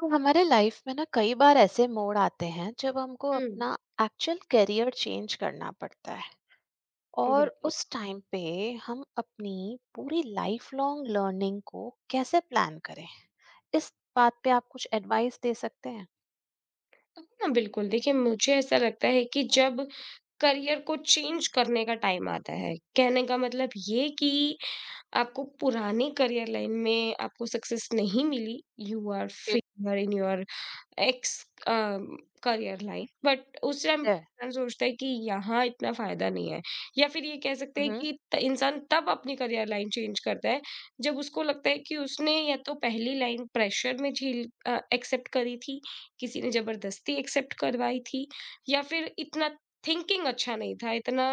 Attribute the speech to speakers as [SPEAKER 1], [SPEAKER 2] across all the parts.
[SPEAKER 1] तो हमारे लाइफ में ना कई बार ऐसे मोड़ आते हैं जब हमको
[SPEAKER 2] हुँ,
[SPEAKER 1] अपना एक्चुअल करियर चेंज करना पड़ता है और
[SPEAKER 2] बिल्कुल।
[SPEAKER 1] उस टाइम पे हम अपनी पूरी लाइफ लॉन्ग लर्निंग को कैसे प्लान करें। इस बात पे आप कुछ एडवाइस दे सकते हैं।
[SPEAKER 2] हाँ, बिल्कुल, देखिए मुझे ऐसा लगता है कि जब करियर को चेंज करने का टाइम आता है, कहने का मतलब ये कि आपको पुराने करियर लाइन में आपको सक्सेस नहीं मिली, यू आर
[SPEAKER 1] ठीक
[SPEAKER 2] failure in your ex career line. But उस टाइम
[SPEAKER 1] है।
[SPEAKER 2] इंसान सोचता है कि यहाँ इतना फायदा नहीं है, या फिर ये कह सकते हैं
[SPEAKER 1] हम्म।
[SPEAKER 2] कि इंसान तब अपनी करियर लाइन चेंज करता है जब उसको लगता है कि उसने या तो पहली लाइन प्रेशर में झील एक्सेप्ट करी थी, किसी ने जबरदस्ती एक्सेप्ट करवाई थी, या फिर इतना थिंकिंग अच्छा नहीं था, इतना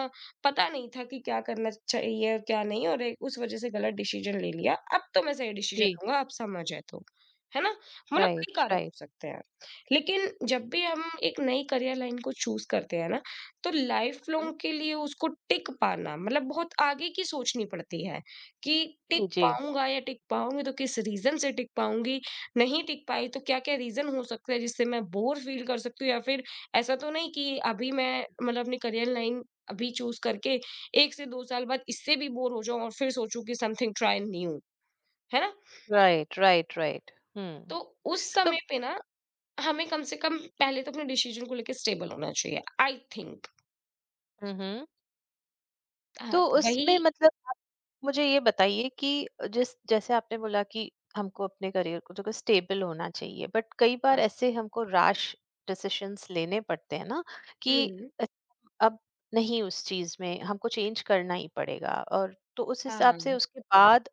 [SPEAKER 2] पता नहीं था कि क्या करना चाहिए और क्या नहीं, और उस वजह से गलत डिसीजन ले लिया। अब तो मैं सही डिसीजन
[SPEAKER 1] जी।
[SPEAKER 2] लूंगा, आप समझ है। तो है ना, मतलब कई
[SPEAKER 1] राइट
[SPEAKER 2] कारण हो
[SPEAKER 1] राइट।
[SPEAKER 2] सकते हैं। लेकिन जब भी हम एक नई करियर लाइन को चूज़ करते हैं ना, तो लाइफ़ लॉन्ग के लिए उसको टिक पाना मतलब बहुत आगे की सोचनी पड़ती है कि टिक
[SPEAKER 1] जी।
[SPEAKER 2] पाऊँगा या टिक पाऊँगी, तो किस रीज़न से टिक पाऊँगी, नहीं टिक पाई तो क्या-क्या रीज़न हो सकता है जिससे मैं बोर फ़ील कर सकती हूँ, या फिर ऐसा तो नहीं कि अभी मैं मतलब अपनी करियर लाइन अभी चूज़ करके 1 से 2 साल बाद इससे भी बोर हो जाऊँ और फिर सोचूँ कि समथिंग ट्राई न्यू, है ना?
[SPEAKER 1] Right right right. हम्म।
[SPEAKER 2] तो उस
[SPEAKER 1] तो
[SPEAKER 2] समय पे ना हमें कम से कम पहले तो अपने डिसीज़न को लेके स्टेबल होना चाहिए, आई थिंक।
[SPEAKER 1] हम्म
[SPEAKER 2] हाँ,
[SPEAKER 1] तो उसमें
[SPEAKER 2] वही।
[SPEAKER 1] मतलब आप मुझे ये बताइए कि जिस जैसे आपने बोला कि हमको अपने करियर को देखो स्टेबल होना चाहिए, बट कई
[SPEAKER 2] हाँ,
[SPEAKER 1] बार ऐसे हमको राश डिसीशंस लेने पड़ते हैं ना कि
[SPEAKER 2] हुँ,
[SPEAKER 1] अब नहीं उस चीज में हमको चेंज करना ही पड़ेगा। और तो उस हिसाब से
[SPEAKER 2] हाँ,
[SPEAKER 1] उसके बाद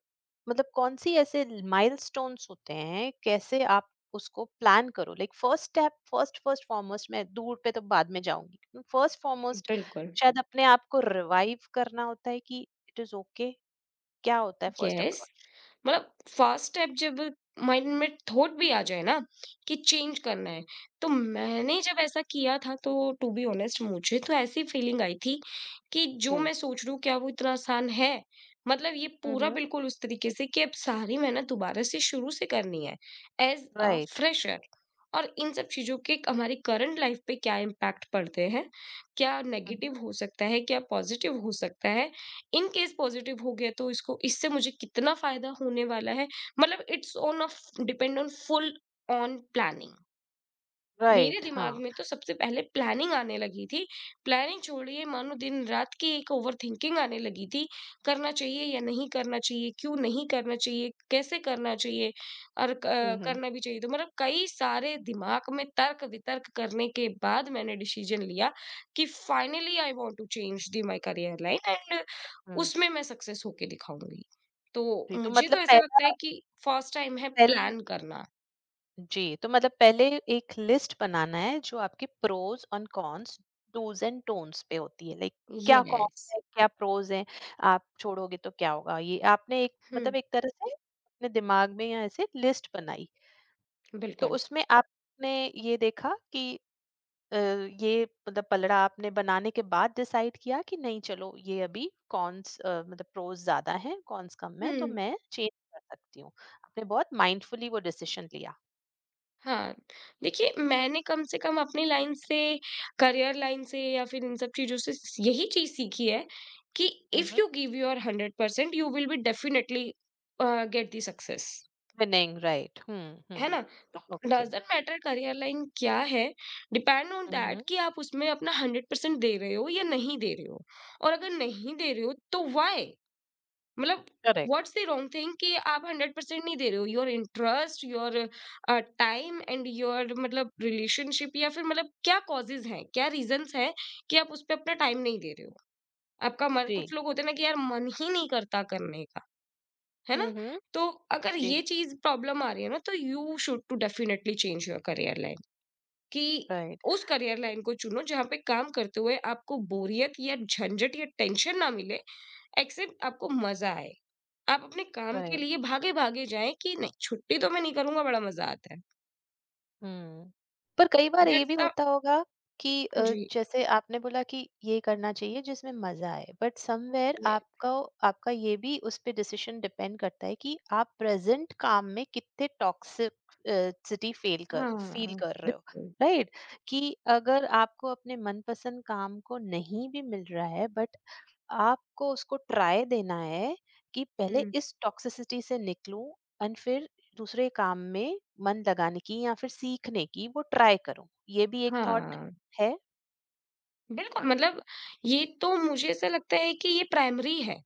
[SPEAKER 1] मतलब कौन सी ऐसे माइलस्टोन्स होते हैं, कैसे आप उसको प्लान करो। Like first step, first first foremost मैं दूर पे तो बाद में जाऊंगी। फर्स्ट फॉरमोस्ट
[SPEAKER 2] बिल्कुल,
[SPEAKER 1] शायद अपने आप को रिवाइव करना होता है कि इट इज ओके। क्या होता है फर्स्ट
[SPEAKER 2] यस।
[SPEAKER 1] अप्रोच।
[SPEAKER 2] मतलब फर्स्ट स्टेप जब माइंड में थॉट भी आ जाए ना कि चेंज करना है, तो मैंने जब ऐसा किया था तो टू बी ऑनेस्ट मुझे तो ऐसी फीलिंग आई थी कि जो
[SPEAKER 1] जी।
[SPEAKER 2] मैं सोच रही हूँ क्या वो इतना आसान है। मतलब ये पूरा
[SPEAKER 1] हम्म।
[SPEAKER 2] बिल्कुल उस तरीके से कि अब सारी मेहनत दोबारा से शुरू से करनी है एज अ
[SPEAKER 1] राइट।
[SPEAKER 2] फ्रेशर, और इन सब चीजों के हमारी करंट लाइफ पे क्या इम्पैक्ट पड़ते हैं, क्या
[SPEAKER 1] हम्म।
[SPEAKER 2] नेगेटिव हो सकता है क्या पॉजिटिव हो सकता है, इन केस पॉजिटिव हो गया तो इसको इससे मुझे कितना फायदा होने वाला है। मतलब it's on off, depend on full on planning. मेरे
[SPEAKER 1] राइट।
[SPEAKER 2] दिमाग
[SPEAKER 1] हाँ।
[SPEAKER 2] में तो सबसे पहले प्लानिंग आने लगी थी। प्लानिंग छोड़िए, मानो दिन रात की एक ओवर थिंकिंग आने लगी थी, करना चाहिए या नहीं करना चाहिए, क्यों नहीं करना चाहिए, कैसे करना चाहिए, और
[SPEAKER 1] हम्म
[SPEAKER 2] करना भी चाहिए तो। मतलब कई सारे दिमाग में तर्क वितर्क करने के बाद मैंने डिसीजन लिया कि finally I want to change the my career line,
[SPEAKER 1] hmm.
[SPEAKER 2] उसमें मैं सक्सेस होके दिखाऊँगी। तो
[SPEAKER 1] जी तो
[SPEAKER 2] मुझे तो
[SPEAKER 1] मतलब
[SPEAKER 2] ऐसा लगता
[SPEAKER 1] पहला,
[SPEAKER 2] है कि फर्स्ट टाइम है
[SPEAKER 1] पहली।
[SPEAKER 2] प्लान करना।
[SPEAKER 1] जी तो मतलब पहले एक लिस्ट बनाना है जो आपके प्रोज और कॉन्स, डूज एंड टोन्स पे होती है। लाइक क्या
[SPEAKER 2] यस।
[SPEAKER 1] कॉन्स है, क्या प्रोज है। आप छोड़ोगे तो क्या होगा, ये आपने एक
[SPEAKER 2] हुँ,
[SPEAKER 1] मतलब एक तरह से अपने दिमाग में या ऐसे लिस्ट बनाई। तो
[SPEAKER 2] बिल्कुल।
[SPEAKER 1] उसमें आपने ये देखा कि अ, ये मतलब पलड़ा आपने बनाने के बाद डिसाइड किया कि नहीं चलो ये अभी कॉन्स मतलब प्रोज ज्यादा हैं, कॉन्स कम है, तो
[SPEAKER 2] हुँ,
[SPEAKER 1] मैं चेंज कर सकती हूँ। आपने बहुत माइंडफुली वो डिसीजन लिया।
[SPEAKER 2] हाँ। देखिए मैंने कम से कम अपनी लाइन से, करियर लाइन से या फिर इन सब चीज़ों से स यही चीज़ सीखी है कि if
[SPEAKER 1] hmm.
[SPEAKER 2] You give your 100% you will be definitely uh, get the success.
[SPEAKER 1] Winning right.
[SPEAKER 2] है ना?
[SPEAKER 1] Hmm. Okay.
[SPEAKER 2] Does not matter career line क्या है, डिपेंड ऑन दैट
[SPEAKER 1] हम्म।
[SPEAKER 2] कि आप उसमें अपना 100% दे रहे हो या नहीं दे रहे हो, और अगर नहीं दे रहे हो तो व्हाई? मतलब
[SPEAKER 1] correct.
[SPEAKER 2] What's the wrong thing कि आप 100% नहीं दे रहे हो, your interest, your time and your मतलब रिलेशनशिप, या फिर मतलब क्या कॉजेज़ हैं, क्या रीज़न्स हैं कि आप उस पे अपना टाइम नहीं दे रहे हो? आपका मन,
[SPEAKER 1] जी।
[SPEAKER 2] कुछ लोग होते हैं ना कि यार मन ही नहीं करता करने का। है ना?
[SPEAKER 1] हम्म।
[SPEAKER 2] तो अगर
[SPEAKER 1] जी।
[SPEAKER 2] ये चीज़ प्रॉब्लम आ रही है ना तो you should to definitely change your career line. कि
[SPEAKER 1] राइट
[SPEAKER 2] उस करियर लाइन को चुनो जहाँ पे काम करते हुए आपको बोरियत या झंझट या टेंशन ना मिले, एक्सेप्ट आपको मज़ा आए। आप अपने काम के
[SPEAKER 1] राइट।
[SPEAKER 2] लिए भागे-भागे जाएँ कि नहीं छुट्टी तो मैं नहीं करूँगा, बड़ा मज़ा आता है।
[SPEAKER 1] हुँ। पर कई बार ये
[SPEAKER 2] दैट्स
[SPEAKER 1] भी
[SPEAKER 2] अ।
[SPEAKER 1] होता होगा कि
[SPEAKER 2] जी,
[SPEAKER 1] जैसे आपने बोला कि ये करना चाहिए जिसमें मज़ा आए, बट समव्हेयर
[SPEAKER 2] येस।
[SPEAKER 1] आपका आपका ये भी उस पे डिसीज़न डिपेंड करता है कि आप प्रेज़ेंट काम में कितने टॉक्सिक सिटी फ़ेल कर फ़ील
[SPEAKER 2] हाँ,
[SPEAKER 1] कर रहे हो,
[SPEAKER 2] बिल्कुल।
[SPEAKER 1] राइट? कि अगर आपको अपने मनपसंद काम को नहीं भी मिल रहा है बट आपको उसको ट्राई देना है कि पहले
[SPEAKER 2] हुँ,
[SPEAKER 1] इस टॉक्सिसिटी से निकलूं एंड फिर दूसरे काम में मन लगाने की या फिर सीखने की वो ट्राई करूं। ये भी एक थॉट
[SPEAKER 2] हाँ,
[SPEAKER 1] है।
[SPEAKER 2] बिल्कुल। मतलब ये तो मुझे ऐसा लगता है कि ये प्राइमरी है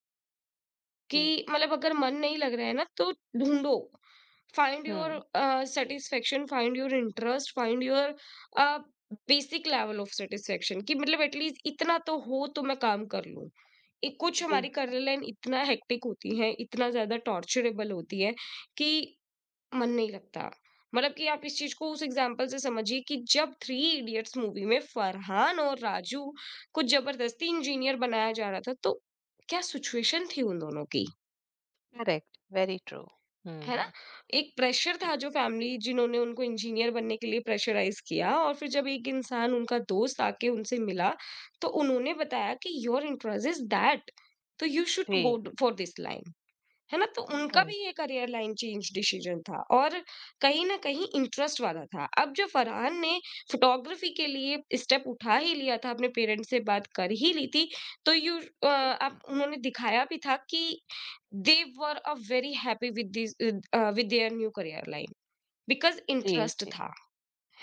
[SPEAKER 1] जी।
[SPEAKER 2] कि मतलब अगर मन नहीं लग रहा है ना तो ढूँढो। Find your
[SPEAKER 1] hmm.
[SPEAKER 2] satisfaction, find your interest, find your uh, basic level of satisfaction कि मतलब एटलीस्ट इतना तो हो तो मैं काम कर लूं। ये कुछ
[SPEAKER 1] जी।
[SPEAKER 2] हमारी करियर लाइन इतना हेक्टिक होती है, इतना ज्यादा टॉर्चरेबल होती है कि मन नहीं लगता। मतलब कि आप इस चीज को उस एग्जाम्पल से समझिए कि जब थ्री इडियट्स मूवी में फरहान और राजू को जबरदस्ती इंजीनियर बनाया जा रहा था, तो क्या सिचुएशन थी उन दोनों की,
[SPEAKER 1] करेक्ट वेरी ट्रू।
[SPEAKER 2] है ना?
[SPEAKER 1] हम्म।
[SPEAKER 2] एक प्रेशर
[SPEAKER 1] जी
[SPEAKER 2] था जो फैमिली जिन्होंने उनको इंजीनियर बनने के लिए प्रेशराइज़ किया, और फिर जब एक इंसान, उनका दोस्त, आके उनसे मिला, तो उन्होंने बताया कि योर इंटरेस्ट इज़ दैट, तो यू शुड
[SPEAKER 1] जी।
[SPEAKER 2] Go for this line. है ना? तो उनका भी
[SPEAKER 1] करेक्ट।
[SPEAKER 2] ये करियर लाइन चेंज डिसीज़न था और कहीं न कहीं इंटरेस्ट वाला था। अब जब फरहान ने फोटोग्राफी के लिए स्टेप उठा ही लिया था, अपने पेरेंट्स से बात कर ही ली थी, तो यू आप उन्होंने दिखाया भी था कि they were a very happy with this with their new career line, because
[SPEAKER 1] जी
[SPEAKER 2] इंटरेस्ट
[SPEAKER 1] जी।
[SPEAKER 2] था,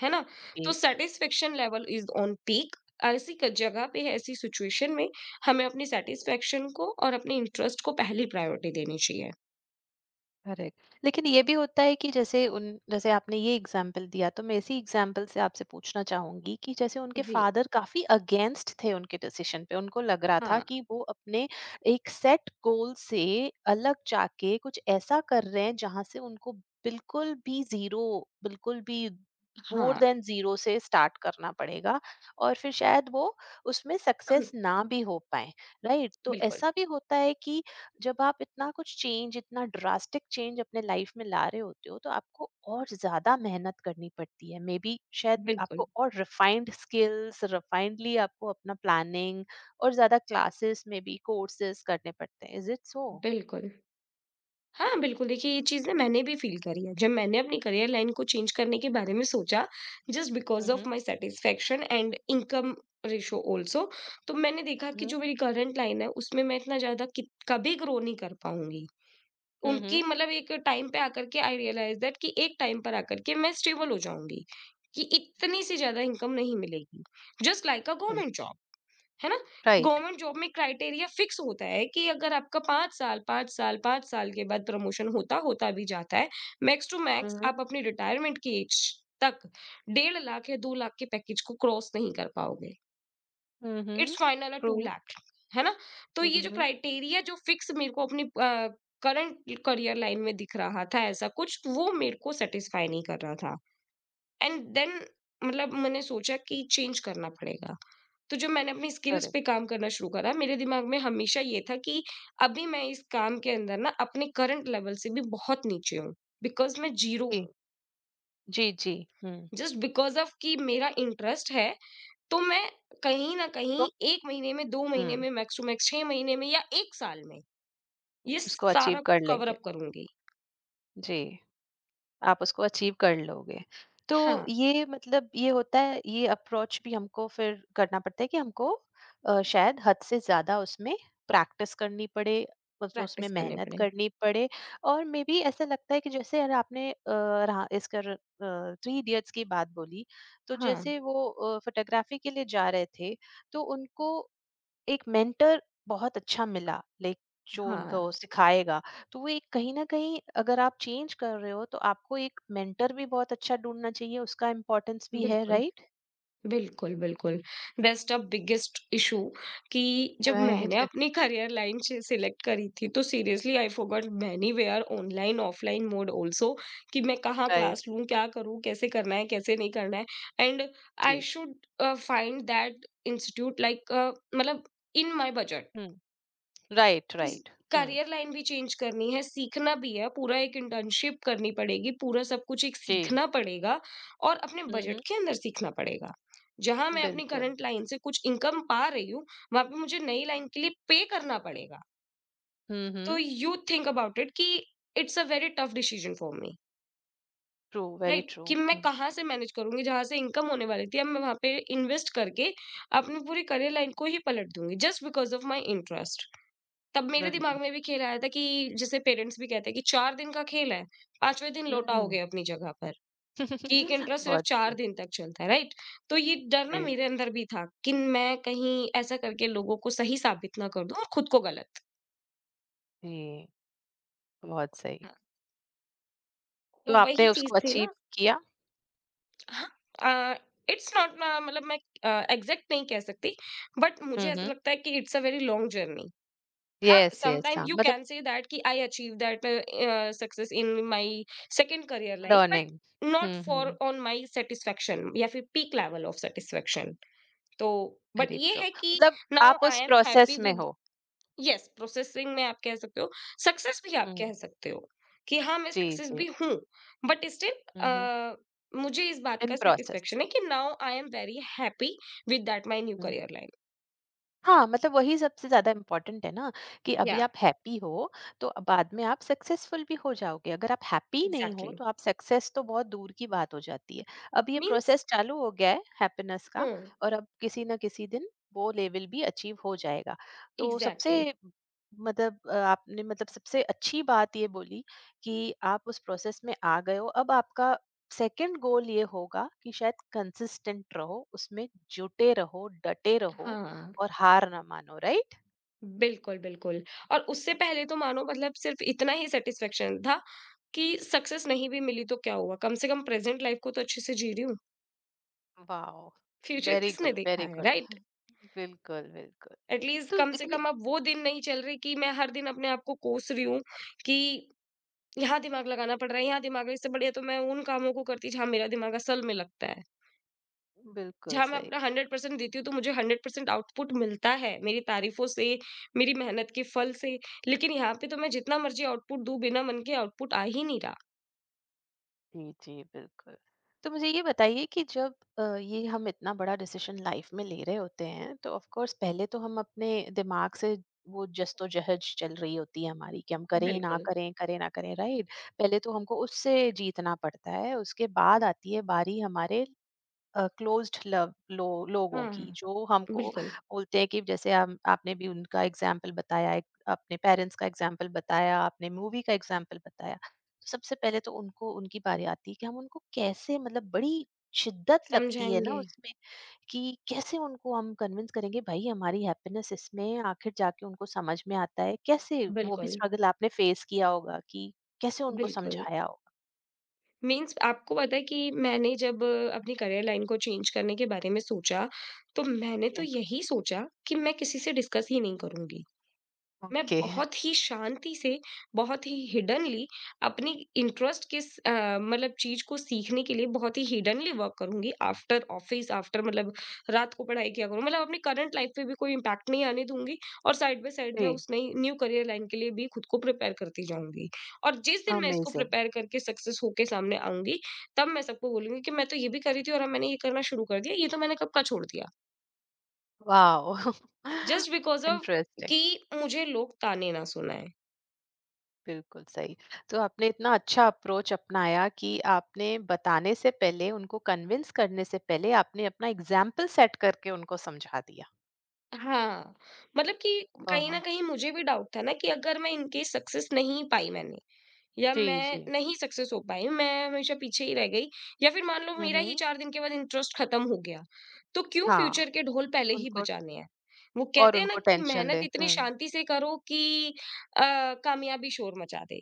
[SPEAKER 2] है ना।
[SPEAKER 1] जी।
[SPEAKER 2] तो satisfaction level is on peak. ऐसी जगह पे, ऐसी सिचुएशन में हमें अपनी सेटिस्फेक्शन को और अपने इंटरेस्ट को पहली प्रायोरिटी देनी चाहिए।
[SPEAKER 1] करेक्ट लेकिन ये भी होता है कि जैसे उन जैसे आपने ये एग्जाम्पल दिया, तो मैं इसी एग्जाम्पल से आपसे पूछना चाहूंगी कि जैसे उनके
[SPEAKER 2] जी।
[SPEAKER 1] फादर काफी अगेंस्ट थे उनके डिसीजन पे, उनको लग रहा था
[SPEAKER 2] हाँ।
[SPEAKER 1] कि वो अपने एक सेट गोल से अलग जाके कुछ ऐसा कर रहे हैं जहां से उनको बिल्कुल भी जीरो, बिल्कुल भी मोर
[SPEAKER 2] हाँ।
[SPEAKER 1] देन जीरो से स्टार्ट करना पड़ेगा और फिर शायद वो उसमें सक्सेस ना भी हो पाए। राइट, तो
[SPEAKER 2] बिल्कुल।
[SPEAKER 1] ऐसा भी होता है कि जब आप इतना कुछ चेंज, इतना ड्रास्टिक चेंज अपने लाइफ में ला रहे होते हो तो आपको और ज्यादा मेहनत करनी पड़ती है। मे बी शायद
[SPEAKER 2] बिल्कुल।
[SPEAKER 1] आपको और रिफाइंड स्किल्स, रिफाइंडली आपको अपना प्लानिंग और ज्यादा क्लासेस मे बी कोर्सेज करने पड़ते हैं। Is it so?
[SPEAKER 2] बिल्कुल। हाँ, बिल्कुल, देखिए ये चीज़ ना मैंने भी फ़ील करी है। जब मैंने अपनी करियर लाइन को चेंज करने के बारे में सोचा just because of
[SPEAKER 1] hmm
[SPEAKER 2] my satisfaction and income ratio also, तो मैंने देखा कि
[SPEAKER 1] हम्म
[SPEAKER 2] जो मेरी करंट लाइन है, उसमें मैं इतना ज़्यादा कित कभी ग्रो नहीं कर पाऊँगी। उनकी
[SPEAKER 1] हम्म।
[SPEAKER 2] मतलब एक टाइम पे आकर के आई रियलाइज़ दैट कि एक टाइम पर आकर के मैं स्टेबल हो जाऊँगी, कि इतनी-सी ज़्यादा इनकम नहीं मिलेगी, just like a government job. है ना?
[SPEAKER 1] राइट।
[SPEAKER 2] गवर्नमेंट जॉब में क्राइटेरिया फिक्स होता है कि अगर आपका 5 साल 5 साल 5 साल के बाद प्रमोशन होता होता भी जाता है, मैक्स टू मैक्स
[SPEAKER 1] हम्म
[SPEAKER 2] आप अपनी रिटायरमेंट की एज तक 1.5 लाख या 2 लाख के पैकेज को क्रॉस नहीं कर पाओगे।
[SPEAKER 1] Hmm.
[SPEAKER 2] It's final at
[SPEAKER 1] true.
[SPEAKER 2] 2 lakh, है ना? तो ये जो
[SPEAKER 1] हम्म।
[SPEAKER 2] क्राइटेरिया जो फिक्स मेरे को अपनी करंट करियर लाइन में दिख रहा था ऐसा कुछ, वो मेरे को सैटिस्फाई नहीं कर रहा था। एंड देन मतलब मैंने सोचा कि चेंज करना पड़ेगा। तो जब मैंने अपनी स्किल्स पे
[SPEAKER 1] करेक्ट।
[SPEAKER 2] काम करना शुरू करा, मेरे दिमाग में हमेशा ये था कि अभी मैं इस काम के अंदर ना अपने करंट लेवल से भी बहुत नीचे हूँ, बिकॉज़ मैं ज़ीरो
[SPEAKER 1] जी
[SPEAKER 2] हूँ।
[SPEAKER 1] जी जी। हम्म।
[SPEAKER 2] जस्ट बिकॉज़ ऑफ़ कि मेरा इंटरेस्ट है, तो मैं कहीं न कहीं
[SPEAKER 1] तो
[SPEAKER 2] 1 महीने में, 2 महीने
[SPEAKER 1] हम्म
[SPEAKER 2] में, मैक्स टू मैक्स 6 महीने में या 1 साल में, ये
[SPEAKER 1] उसको
[SPEAKER 2] सारा
[SPEAKER 1] अचीव
[SPEAKER 2] कुछ
[SPEAKER 1] कर
[SPEAKER 2] कवर
[SPEAKER 1] लेंगे।
[SPEAKER 2] अप करूँगी।
[SPEAKER 1] जी। आप उसको अचीव कर लोगे। तो
[SPEAKER 2] हाँ,
[SPEAKER 1] ये मतलब ये होता है, ये अप्रोच भी हमको फिर करना पड़ता है कि हमको शायद हद से ज़्यादा उसमें प्रैक्टिस करनी पड़े, उस उसमें
[SPEAKER 2] प्रैक्टिस करने
[SPEAKER 1] मेहनत
[SPEAKER 2] पड़े।
[SPEAKER 1] करनी पड़े। और मे बी ऐसा लगता है कि जैसे अगर आपने अ, रहा इसका र अ, थ्री इडियट्स की बात बोली, तो
[SPEAKER 2] हाँ।
[SPEAKER 1] जैसे वो फ़ोटोग्राफ़ी के लिए जा रहे थे, तो उनको एक मेंटर बहुत अच्छा मिला, लाइक जो उनको
[SPEAKER 2] हाँ,
[SPEAKER 1] सिखाएगा। तो वो एक कहीं ना कहीं अगर आप चेंज कर रहे हो तो आपको एक मेंटर भी बहुत अच्छा ढूंढना चाहिए। उसका इम्पोर्टेंस भी है,
[SPEAKER 2] बिल्कुल।
[SPEAKER 1] राइट?
[SPEAKER 2] बिल्कुल, बिल्कुल। दैट्स द बिगेस्ट इश्यू, कि जब
[SPEAKER 1] राइट।
[SPEAKER 2] मैंने अपनी करियर लाइन से सिलेक्ट करी थी, तो seriously I forgot many where online, offline mode also, कि मैं कहाँ क्लास
[SPEAKER 1] राइट।
[SPEAKER 2] लूँ, क्या करूँ, कैसे करना है, कैसे नहीं करना है। एंड आई
[SPEAKER 1] जी।
[SPEAKER 2] Should find that institute like मतलब in my budget,
[SPEAKER 1] hmm. Right
[SPEAKER 2] कि
[SPEAKER 1] राइट। हम्म।
[SPEAKER 2] करियर लाइन भी चेंज करनी है, सीखना भी है, पूरा एक इंटर्नशिप करनी पड़ेगी, पूरा सब कुछ एक
[SPEAKER 1] जी।
[SPEAKER 2] सीखना पड़ेगा, और अपने बजट
[SPEAKER 1] हम्म।
[SPEAKER 2] के अंदर सीखना पड़ेगा। जहाँ मैं अपनी
[SPEAKER 1] बिल्कुल।
[SPEAKER 2] करंट लाइन से कुछ इनकम पा रही हूँ, वहाँ पे मुझे नई लाइन के लिए पे करना पड़ेगा।
[SPEAKER 1] हम्म।
[SPEAKER 2] तो यू थिंक अबाउट इट कि it's a very tough decision for me,
[SPEAKER 1] true very
[SPEAKER 2] right?
[SPEAKER 1] True.
[SPEAKER 2] कि मैं
[SPEAKER 1] हम्म।
[SPEAKER 2] कहाँ से मैनेज करूँगी, जहाँ से इनकम होने वाली थी, अब मैं वहाँ पे इन्वेस्ट करके अपनी पूरी करियर लाइन को ही पलट दूँगी just because of my interest. तब मेरे
[SPEAKER 1] राइट।
[SPEAKER 2] दिमाग में भी खेल आया था कि जैसे पेरेंट्स भी कहते हैं कि 4 दिन का खेल है, 5वें दिन लौटाओगे
[SPEAKER 1] हम्म।
[SPEAKER 2] गए अपनी जगह पर, कि एक इंटरेस्ट सिर्फ़
[SPEAKER 1] बहुत सही।
[SPEAKER 2] 4 दिन तक चलता है, राइट? तो ये डर ना मेरे अंदर भी था कि मैं कहीं ऐसा करके लोगों को सही साबित ना कर दूँ और खुद को गलत।
[SPEAKER 1] जी। बहुत सही।
[SPEAKER 2] हाँ। तो
[SPEAKER 1] तो
[SPEAKER 2] वही
[SPEAKER 1] आपने
[SPEAKER 2] चीज़
[SPEAKER 1] उसको
[SPEAKER 2] थी
[SPEAKER 1] अचीव
[SPEAKER 2] ना।
[SPEAKER 1] किया।
[SPEAKER 2] हाँ। अ, इट्स नॉट ना मतलब मैं एग्ज़ैक्ट नहीं कह सकती, बट मुझे ऐसा
[SPEAKER 1] हम्म।
[SPEAKER 2] लगता है कि it's a very long journey. हाँ,
[SPEAKER 1] यस यस हाँ
[SPEAKER 2] sometimes you
[SPEAKER 1] मतलब
[SPEAKER 2] can say that कि I achieve that success in my second career line,
[SPEAKER 1] learning.
[SPEAKER 2] but not for
[SPEAKER 1] hmm.
[SPEAKER 2] on my satisfaction या फिर peak level of satisfaction। तो but
[SPEAKER 1] very
[SPEAKER 2] ये
[SPEAKER 1] true,
[SPEAKER 2] है कि
[SPEAKER 1] मतलब
[SPEAKER 2] now
[SPEAKER 1] आप
[SPEAKER 2] I
[SPEAKER 1] उस
[SPEAKER 2] am happy
[SPEAKER 1] प्रोसेस में
[SPEAKER 2] with
[SPEAKER 1] हो।
[SPEAKER 2] yes processing में आप कह सकते हो, success भी आप कह
[SPEAKER 1] हुँ,
[SPEAKER 2] सकते हो कि हाँ मैं
[SPEAKER 1] जी,
[SPEAKER 2] success
[SPEAKER 1] जी।
[SPEAKER 2] भी हूँ, but still
[SPEAKER 1] हुँ, हुँ।
[SPEAKER 2] आह मुझे इस बात का
[SPEAKER 1] इन प्रोसेस।
[SPEAKER 2] satisfaction है कि now I am very happy with that my new
[SPEAKER 1] hmm.
[SPEAKER 2] career line.
[SPEAKER 1] हाँ, मतलब वही सबसे ज़्यादा इम्पोर्टेंट है ना कि अभी
[SPEAKER 2] Yeah,
[SPEAKER 1] आप हैप्पी हो, तो बाद में आप सक्सेसफुल भी हो जाओगे। अगर आप हैप्पी नहीं हो,
[SPEAKER 2] exactly,
[SPEAKER 1] तो आप सक्सेस तो बहुत दूर की बात हो जाती है। अब ये
[SPEAKER 2] means.
[SPEAKER 1] प्रोसेस चालू हो गया है हैप्पीनेस का
[SPEAKER 2] हम्म।
[SPEAKER 1] और अब किसी न किसी दिन वो लेवल भी अचीव हो जाएगा। तो सबसे
[SPEAKER 2] Exactly.
[SPEAKER 1] मतलब आपने मतलब सबसे अच्छी बात ये बोली कि आप उस प्रोसेस में आ गए हो। अब आपका सेकंड गोल ये होगा कि शायद कंसिस्टेंट रहो, उसमें जुटे रहो, डटे रहो
[SPEAKER 2] हाँ,
[SPEAKER 1] और हार ना मानो, राइट?
[SPEAKER 2] बिल्कुल, बिल्कुल। और उससे पहले तो मानो मतलब सिर्फ़ इतना ही सैटिस्फैक्शन था कि सक्सेस नहीं भी मिली तो क्या हुआ? कम से कम प्रेज़ेंट लाइफ़ को तो अच्छे से जी रही हूँ,
[SPEAKER 1] वाओ।
[SPEAKER 2] फ्यूचर
[SPEAKER 1] वेरी
[SPEAKER 2] किसने
[SPEAKER 1] गुड
[SPEAKER 2] देखा
[SPEAKER 1] वेरी
[SPEAKER 2] है,
[SPEAKER 1] गुड।
[SPEAKER 2] राइट?
[SPEAKER 1] बिल्कुल बिल्कुल।
[SPEAKER 2] एटलीस्ट
[SPEAKER 1] तो
[SPEAKER 2] कम से
[SPEAKER 1] लेकिन
[SPEAKER 2] कम अब वो दिन नहीं चल रहे कि मैं हर दिन अपने आप को कोस रही हूँ कि यहाँ दिमाग लगाना पड़ रहा है, यहाँ दिमाग इससे बढ़िया तो मैं उन कामों को करती जहाँ मेरा दिमाग असल में लगता है।
[SPEAKER 1] बिल्कुल
[SPEAKER 2] जहाँ मैं
[SPEAKER 1] सही।
[SPEAKER 2] अपना 100% देती हूँ तो मुझे 100% आउटपुट मिलता है मेरी तारीफों से, मेरी मेहनत के फल से। लेकिन यहाँ पे तो मैं जितना मर्ज़ी आउटपुट दूँ, बिना मन के आउटपुट आ ही नहीं रहा।
[SPEAKER 1] जी जी बिल्कुल। तो मुझे ये बताइए कि जब ये हम इतना बड़ा डिसीजन लाइफ में ले रहे होते हैं तो ऑफ कोर्स पहले तो हम अपने दिमाग से वो जस्तोजहज चल रही होती है हमारी कि हम करें ना
[SPEAKER 2] बिल्कुल।
[SPEAKER 1] करें करें ना करें, राइट? पहले तो हमको उससे जीतना पड़ता है, उसके बाद आती है बारी हमारे क्लोज्ड लव लो, लोगों की,
[SPEAKER 2] हाँ।
[SPEAKER 1] जो हमको
[SPEAKER 2] बिल्कुल,
[SPEAKER 1] बोलते हैं कि जैसे हम आपने भी उनका एग्जाम्पल बताया, एक अपने पेरेंट्स का एग्जाम्पल बताया, आपने मूवी का एग्जाम्पल बताया, तो सबसे पहले तो उनको उनकी बारी आती है कि हम उनको कैसे मतलब बड़ी शिद्दत लगती है ना
[SPEAKER 2] समझाएँगे।
[SPEAKER 1] उसमें कि कैसे उनको हम कन्विंस करेंगे भाई हमारी हैप्पीनेस इसमें है। आखिर जाके उनको समझ में आता है कैसे वो भी
[SPEAKER 2] बिल्कुल,
[SPEAKER 1] स्ट्रगल आपने फेस किया होगा, कि कैसे उनको
[SPEAKER 2] बिल्कुल।
[SPEAKER 1] समझाया होगा।
[SPEAKER 2] मीन्स आपको पता है कि मैंने जब अपनी करियर लाइन को चेंज करने के बारे में सोचा, तो मैंने तो यही सोचा कि मैं किसी से डिस्कस ही नहीं करूँगी। मैं
[SPEAKER 1] ओके।
[SPEAKER 2] बहुत ही शांति से, बहुत ही हिडनली अपनी इंटरेस्ट किस मतलब चीज़ को सीखने के लिए बहुत ही हिडनली वर्क करूँगी आफ्टर ऑफिस, आफ्टर मतलब रात को पढ़ाई किया करूँ। मतलब अपनी करंट लाइफ पे भी कोई इम्पैक्ट नहीं आने दूँगी, और साइड बाय साइड मैं
[SPEAKER 1] जी।
[SPEAKER 2] उस नई न्यू करियर लाइन के लिए भी खुद को प्रिपेयर करती जाऊँगी। और जिस दिन मैं इसको
[SPEAKER 1] अमेजिंग।
[SPEAKER 2] प्रिपेयर करके सक्सेस होके सामने आऊँगी, तब मैं सबको बोलूँगी कि मैं तो ये भी कर रही थी और अब मैंने ये करना शुरू कर दिया, ये तो मैंने कब का छोड़ दिया।
[SPEAKER 1] Wow!
[SPEAKER 2] Just because of
[SPEAKER 1] interesting.
[SPEAKER 2] कि मुझे लोग ताने ना सुनाएँ।
[SPEAKER 1] बिल्कुल सही। तो आपने इतना अच्छा अप्रोच अपनाया कि आपने बताने से पहले, उनको कन्विंस करने से पहले आपने अपना एग्ज़ाम्पल सेट करके उनको समझा दिया।
[SPEAKER 2] हाँ, मतलब कि
[SPEAKER 1] हाँ,
[SPEAKER 2] कहीं न
[SPEAKER 1] हाँ।
[SPEAKER 2] कहीं मुझे भी डाउट था ना कि अगर मैं इन केस सक्सेस नहीं पाई मैंने, या
[SPEAKER 1] जी,
[SPEAKER 2] मैं
[SPEAKER 1] जी।
[SPEAKER 2] नहीं सक्सेस हो पाई, मैं हमेशा पीछे ही रह गई, या फिर मान लो
[SPEAKER 1] हुँ,
[SPEAKER 2] मेरा ही
[SPEAKER 1] हुँ।
[SPEAKER 2] 4 दिन के बाद इंटरेस्ट खत्म हो गया, तो क्यों
[SPEAKER 1] हाँ,
[SPEAKER 2] फ्यूचर के ढोल पहले ही
[SPEAKER 1] उनको
[SPEAKER 2] बजाने हैं। वो
[SPEAKER 1] और
[SPEAKER 2] कहते हैं ना
[SPEAKER 1] उनको
[SPEAKER 2] कि
[SPEAKER 1] टेंशन
[SPEAKER 2] मेहनत
[SPEAKER 1] दे।
[SPEAKER 2] इतनी
[SPEAKER 1] हुँ।
[SPEAKER 2] शांति से करो कि अ, कामयाबी शोर मचा दे।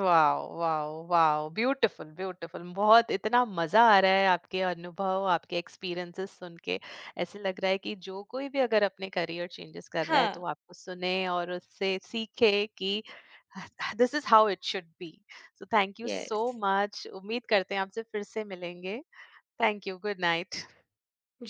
[SPEAKER 1] Wow wow wow beautiful beautiful, बहुत इतना मजा आ रहा है आपके अनुभव आपके एक्सपीरियंसेस सुन के। ऐसे लग रहा है कि जो कोई भी अगर अपने करियर चेंजेस कर रहा है
[SPEAKER 2] हाँ,
[SPEAKER 1] तो आपको सुने और उससे सीखे कि this is how it should be. So thank you so
[SPEAKER 2] yes.
[SPEAKER 1] Much. उम्मीद करते हैं आपसे फिर से मिलेंगे। Thank you good night.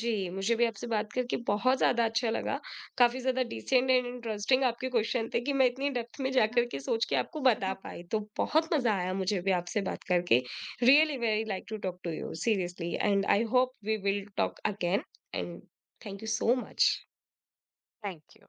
[SPEAKER 2] जी, मुझे भी आपसे बात करके बहुत ज़्यादा अच्छा लगा। काफ़ी ज़्यादा डिसेंट एंड इंटरेस्टिंग आपके क्वेश्चन थे कि मैं इतनी डेप्थ में जाकर के सोच के आपको बता पाई। तो बहुत मज़ा आया मुझे भी आपसे बात करके। Really very like to talk to you seriously, and I hope we will talk again, and thank you so much.
[SPEAKER 1] Thank you.